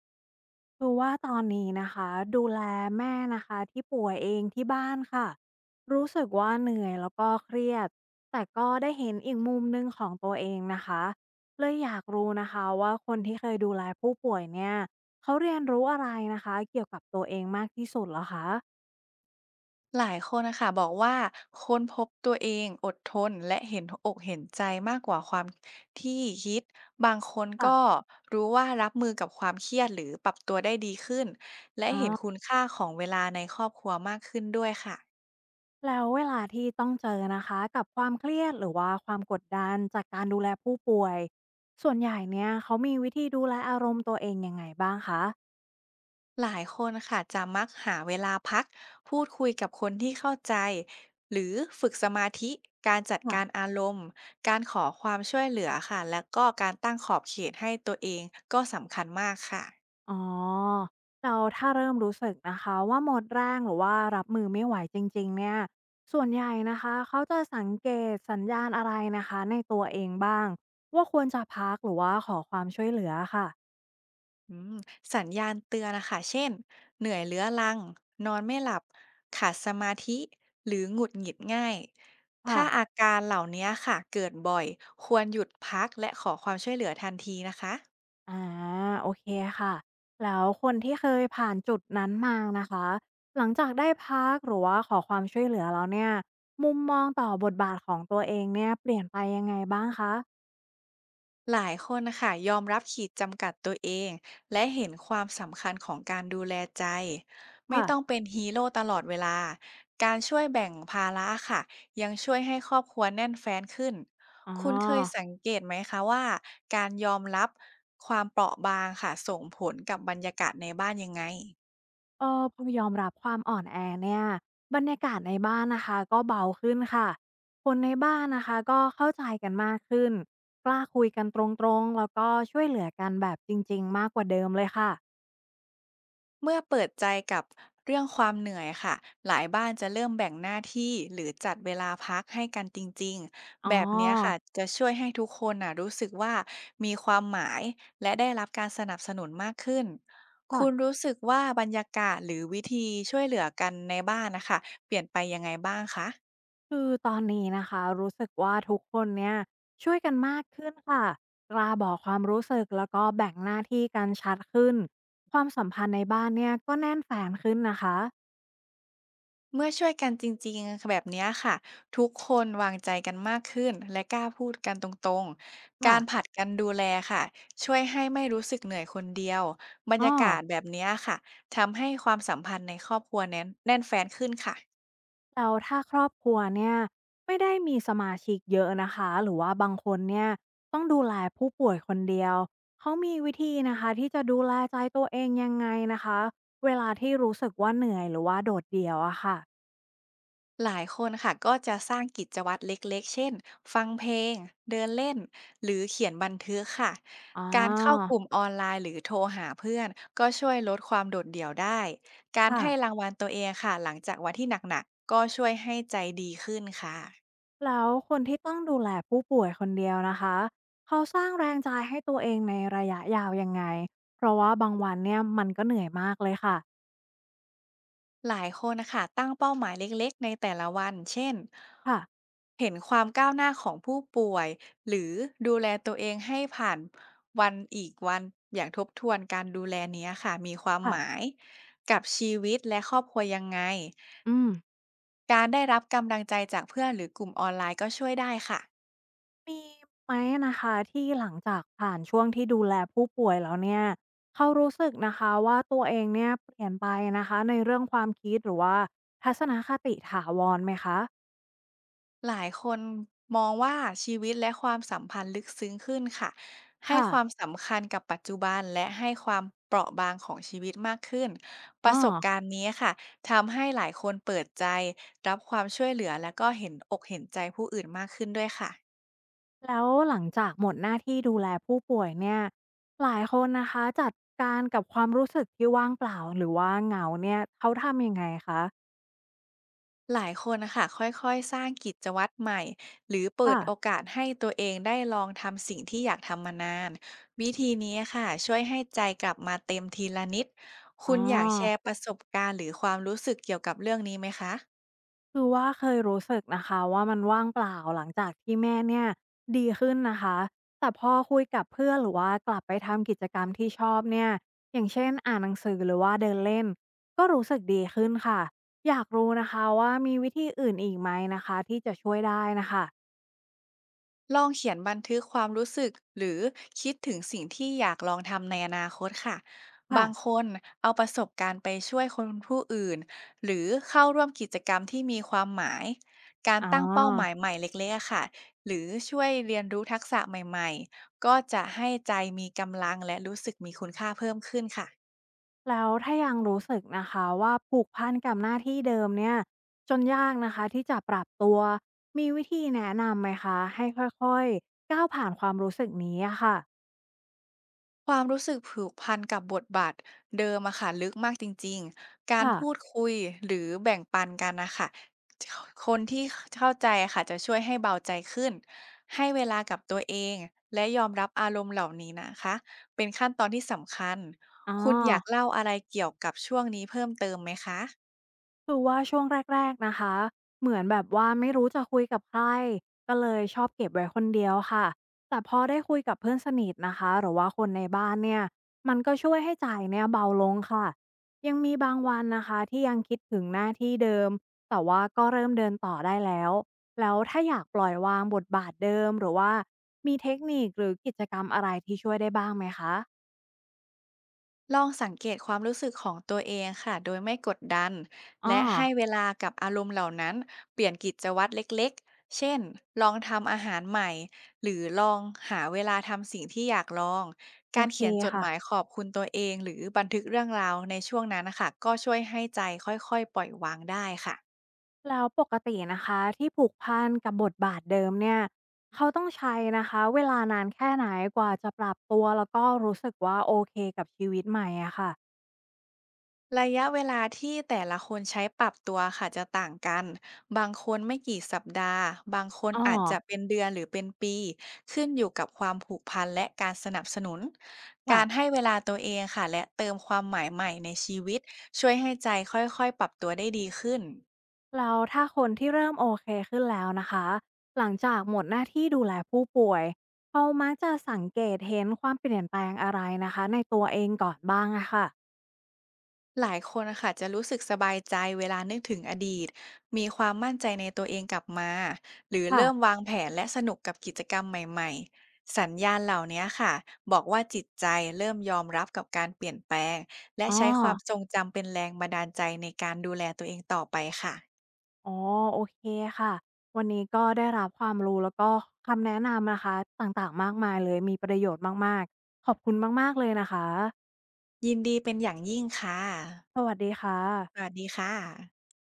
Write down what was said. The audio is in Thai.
คือว่าตอนนี้นะคะดูแลแม่นะคะที่ป่วยเองที่บ้านค่ะรู้สึกว่าเหนื่อยแล้วก็เครียดแต่ก็ได้เห็นอีกมุมหนึ่งของตัวเองนะคะเลยอยากรู้นะคะว่าคนที่เคยดูแลผู้ป่วยเนี่ยเขาเรียนรู้อะไรนะคะเกี่ยวกับตัวเองมากที่สุดเหรอคะหลายคนนะคะบอกว่าค้นพบตัวเองอดทนและเห็นอกเห็นใจมากกว่าความที่คิดบางคนก็ค่ะรู้ว่ารับมือกับความเครียดหรือปรับตัวได้ดีขึ้นและอ๋เห็นคุอณค่าของเวลาในครอบครัวมากขึ้นด้วยค่ะแล้วเวลาที่ต้องเจอนะคะกับความเครียดหรือว่าความกดดันจากการดูแลผู้ป่วยส่วนใหญ่เนี่ยเขามีวิธีดูแลอารมณ์ตัวเองยังไงบ้างคะ หลายคนค่ะจะมักหาเวลาพักพูดคุยกับคนที่เข้าใจหรือฝึกสมาธิการจัดการอารมณ์การขอความช่วยเหลือค่ะและก็การตั้งขอบเขตให้ตัวเองก็สำคัญมากค่ะ อ๋อเราถ้าเริ่มรู้สึกนะคะว่าหมดแรงหรือว่ารับมือไม่ไหวจริงๆเนี่ยส่วนใหญ่นะคะเขาจะสังเกตสัญญาณอะไรนะคะในตัวเองบ้างว่าควรจะพักหรือว่าขอความช่วยเหลือค่ะอืมสัญญาณเตือนนะคะเช่น เหนื่อยเรื้อรัง นอนไม่หลับ ขาดสมาธิ หรือหงุดหงิดง่าย ค่ะถ้าอาการเหล่านี้ค่ะเกิดบ่อย ควรหยุดพักและขอความช่วยเหลือทันทีนะคะ อาโอเคค่ะแล้วคนที่เคยผ่านจุดนั้นมานะคะหลังจากได้พักหรือว่าขอความช่วยเหลือแล้วเนี่ยมุมมองต่อบทบาทของตัวเองเนี่ยเปลี่ยนไปยังไงบ้างคะหลายคนนะคะยอมรับขีดจำกัดตัวเองและเห็นความสำคัญของการดูแลใจไม่ค่ะต้องเป็นฮีโร่ตลอดเวลาการช่วยแบ่งภาระค่ะยังช่วยให้ครอบครัวแน่นแฟ้นขึ้นอ๋อ คุณเคยสังเกตไหมคะว่าการยอมรับความเปราะบางค่ะส่งผลกับบรรยากาศในบ้านยังไง เออพอยอมรับความอ่อนแอเนี่ยบรรยากาศในบ้านนะคะก็เบาขึ้นค่ะคนในบ้านนะคะก็เข้าใจกันมากขึ้นกล้าคุยกันตรงๆแล้วก็ช่วยเหลือกันแบบจริงๆมากกว่าเดิมเลยค่ะเมื่อเปิดใจกับเรื่องความเหนื่อยค่ะหลายบ้านจะเริ่มแบ่งหน้าที่หรือจัดเวลาพักให้กันจริงๆ อ๋อแบบเนี้ยค่ะจะช่วยให้ทุกคนน่ะรู้สึกว่ามีความหมายและได้รับการสนับสนุนมากขึ้น ค่ะคุณรู้สึกว่าบรรยากาศหรือวิธีช่วยเหลือกันในบ้านนะคะเปลี่ยนไปยังไงบ้างคะ คือตอนนี้นะคะรู้สึกว่าทุกคนเนี่ยช่วยกันมากขึ้นค่ะกล้าบอกความรู้สึกแล้วก็แบ่งหน้าที่กันชัดขึ้นความสัมพันธ์ในบ้านเนี่ยก็แน่นแฟนขึ้นนะคะเมื่อช่วยกันจริงๆแบบเนี้ยค่ะทุกคนวางใจกันมากขึ้นและกล้าพูดกันตรงๆกาค่ะรผลัดกันดูแลค่ะช่วยให้ไม่รู้สึกเหนื่อยคนเดียวบรรอ๋อ ยากาศแบบเนี้ยค่ะทำให้ความสัมพันธ์ในครอบครัวแน่นแฟนขึ้นค่ะ แล้วถ้าครอบครัวเนี่ยไม่ได้มีสมาชิกเยอะนะคะหรือว่าบางคนเนี่ยต้องดูแลผู้ป่วยคนเดียวเขามีวิธีนะคะที่จะดูแลใจตัวเองยังไงนะคะเวลาที่รู้สึกว่าเหนื่อยหรือว่าโดดเดี่ยวอะค่ะหลายคนค่ะก็จะสร้างกิจวัตรเล็กๆเช่นฟังเพลงเดินเล่นหรือเขียนบันทึกค่ะอ๋อการเข้ากลุ่มออนไลน์หรือโทรหาเพื่อนก็ช่วยลดความโดดเดี่ยวได้การให้ราค่ะงวัลตัวเองค่ะหลังจากวันที่หนักๆก็ช่วยให้ใจดีขึ้นค่ะ แล้วคนที่ต้องดูแลผู้ป่วยคนเดียวนะคะเขาสร้างแรงใจให้ตัวเองในระยะยาวยังไงเพราะว่าบางวันเนี่ยมันก็เหนื่อยมากเลยค่ะหลายคนนะคะตั้งเป้าหมายเล็กๆในแต่ละวันเช่นค่ะเห็นความก้าวหน้าของผู้ป่วยหรือดูแลตัวเองให้ผ่านวันอีกวันอย่างทบทวนการดูแลเนี้ยค่ะมีความค่ะหมายกับชีวิตและครอบครัวยังไงอืม การได้รับกำลังใจจากเพื่อนหรือกลุ่มออนไลน์ก็ช่วยได้ค่ะ มีไหมนะคะที่หลังจากผ่านช่วงที่ดูแลผู้ป่วยแล้วเนี่ยเขารู้สึกนะคะว่าตัวเองเนี่ยเปลี่ยนไปนะคะในเรื่องความคิดหรือว่าทัศนคติถาวรไหมคะหลายคนมองว่าชีวิตและความสัมพันธ์ลึกซึ้งขึ้นค่ะให้ค่ะความสำคัญกับปัจจุบันและให้ความเปราะบางของชีวิตมากขึ้นปอ้ระอสบการณ์นี้ค่ะทำให้หลายคนเปิดใจรับความช่วยเหลือและก็เห็นอกเห็นใจผู้อื่นมากขึ้นด้วยค่ะ แล้วหลังจากหมดหน้าที่ดูแลผู้ป่วยเนี่ยหลายคนนะคะจัดการกับความรู้สึกที่ว่างเปล่าหรือว่าเหงาเนี่ยเขาทำยังไงคะหลายคนนะค่ะค่อยๆสร้างกิจวัตรใหม่หรือเปิดค่ะโอกาสให้ตัวเองได้ลองทำสิ่งที่อยากทำมานานวิธีนี้ค่ะช่วยให้ใจกลับมาเต็มทีละนิดอ๋คุอ ณอยากแชร์ประสบการณ์หรือความรู้สึกเกี่ยวกับเรื่องนี้ไหมคะ คือว่าเคยรู้สึกนะคะว่ามันว่างเปล่าหลังจากที่แม่เนี่ยดีขึ้นนะคะแต่พอคุยกับเพื่อนหรือว่ากลับไปทำกิจกรรมที่ชอบเนี่ยอย่างเช่นอ่านหนังสือหรือว่าเดินเล่นก็รู้สึกดีขึ้นค่ะอยากรู้นะคะว่ามีวิธีอื่นอีกไหมนะคะที่จะช่วยได้นะคะลองเขียนบันทึกความรู้สึกหรือคิดถึงสิ่งที่อยากลองทำในอนาคตค่ะค่ะบางคนเอาประสบการณ์ไปช่วยคนผู้อื่นหรือเข้าร่วมกิจกรรมที่มีความหมายการอ๋อ ตั้งเป้าหมายใหม่เล็กๆอะค่ะหรือช่วยเรียนรู้ทักษะใหม่ๆก็จะให้ใจมีกำลังและรู้สึกมีคุณค่าเพิ่มขึ้นค่ะ แล้วถ้ายังรู้สึกนะคะว่าผูกพันกับหน้าที่เดิมเนี่ยจนยากนะคะที่จะปรับตัวมีวิธีแนะนำไหมคะให้ค่อยๆก้าวผ่านความรู้สึกนี้อะค่ะความรู้สึกผูกพันกับบทบาทเดิมอะค่ะลึกมากจริงๆ การค่ะพูดคุยหรือแบ่งปันกันนะค่ะคนที่เข้าใจอะค่ะจะช่วยให้เบาใจขึ้นให้เวลากับตัวเองและยอมรับอารมณ์เหล่านี้นะคะเป็นขั้นตอนที่สำคัญอ๋อ คุณอยากเล่าอะไรเกี่ยวกับช่วงนี้เพิ่มเติมไหมคะ คือว่าช่วงแรกๆนะคะเหมือนแบบว่าไม่รู้จะคุยกับใครก็เลยชอบเก็บไว้คนเดียวค่ะแต่พอได้คุยกับเพื่อนสนิทนะคะหรือว่าคนในบ้านเนี่ยมันก็ช่วยให้ใจเนี่ยเบาลงค่ะยังมีบางวันนะคะที่ยังคิดถึงหน้าที่เดิมแต่ว่าก็เริ่มเดินต่อได้แล้วแล้วถ้าอยากปล่อยวางบทบาทเดิมหรือว่ามีเทคนิคหรือกิจกรรมอะไรที่ช่วยได้บ้างไหมคะลองสังเกตความรู้สึกของตัวเองค่ะ โดยไม่กดดันอ๋อและให้เวลากับอารมณ์เหล่านั้นเปลี่ยนกิจวัตรเล็กๆ เช่น ลองทำอาหารใหม่ หรือลองหาเวลาทำสิ่งที่อยากลอง โอการเคเขียนจดหค่ะ มายขอบคุณตัวเองหรือบันทึกเรื่องราวในช่วงนั้นนะคะก็ช่วยให้ใจค่อยๆปล่อยวางได้ค่ะ แล้วปกตินะคะที่ผูกพันกับบทบาทเดิมเนี่ยเขาต้องใช้นะคะเวลานานแค่ไหนกว่าจะปรับตัวแล้วก็รู้สึกว่าโอเคกับชีวิตใหม่อะค่ะระยะเวลาที่แต่ละคนใช้ปรับตัวค่ะจะต่างกัน บางคนไม่กี่สัปดาห์ บางคนอ๋ออาจจะเป็นเดือนหรือเป็นปี ขึ้นอยู่กับความผูกพันและการสนับสนุน การค่ะให้เวลาตัวเองค่ะและเติมความหมายใหม่ในชีวิตช่วยให้ใจค่อยๆปรับตัวได้ดีขึ้น แล้วถ้าคนที่เริ่มโอเคขึ้นแล้วนะคะหลังจากหมดหน้าที่ดูแลผู้ป่วยเขามักจะสังเกตเห็นความเปลี่ยนแปลงอะไรนะคะในตัวเองก่อนบ้างอะค่ะหลายคนนะคะจะรู้สึกสบายใจเวลานึกถึงอดีตมีความมั่นใจในตัวเองกลับมาหรือค่ะเริ่มวางแผนและสนุกกับกิจกรรมใหม่ๆสัญญาณเหล่านี้ค่ะบอกว่าจิตใจเริ่มยอมรับกับการเปลี่ยนแปลงและอ๋อ ใช้ความทรงจำเป็นแรงบันดาลใจในการดูแลตัวเองต่อไปค่ะอ๋อโอเคค่ะวันนี้ก็ได้รับความรู้แล้วก็คำแนะนำนะคะต่างๆมากมายเลยมีประโยชน์มากๆขอบคุณมากๆเลยนะคะยินดีเป็นอย่างยิ่งค่ะสวัสดีค่ะสวัสดีค่ะ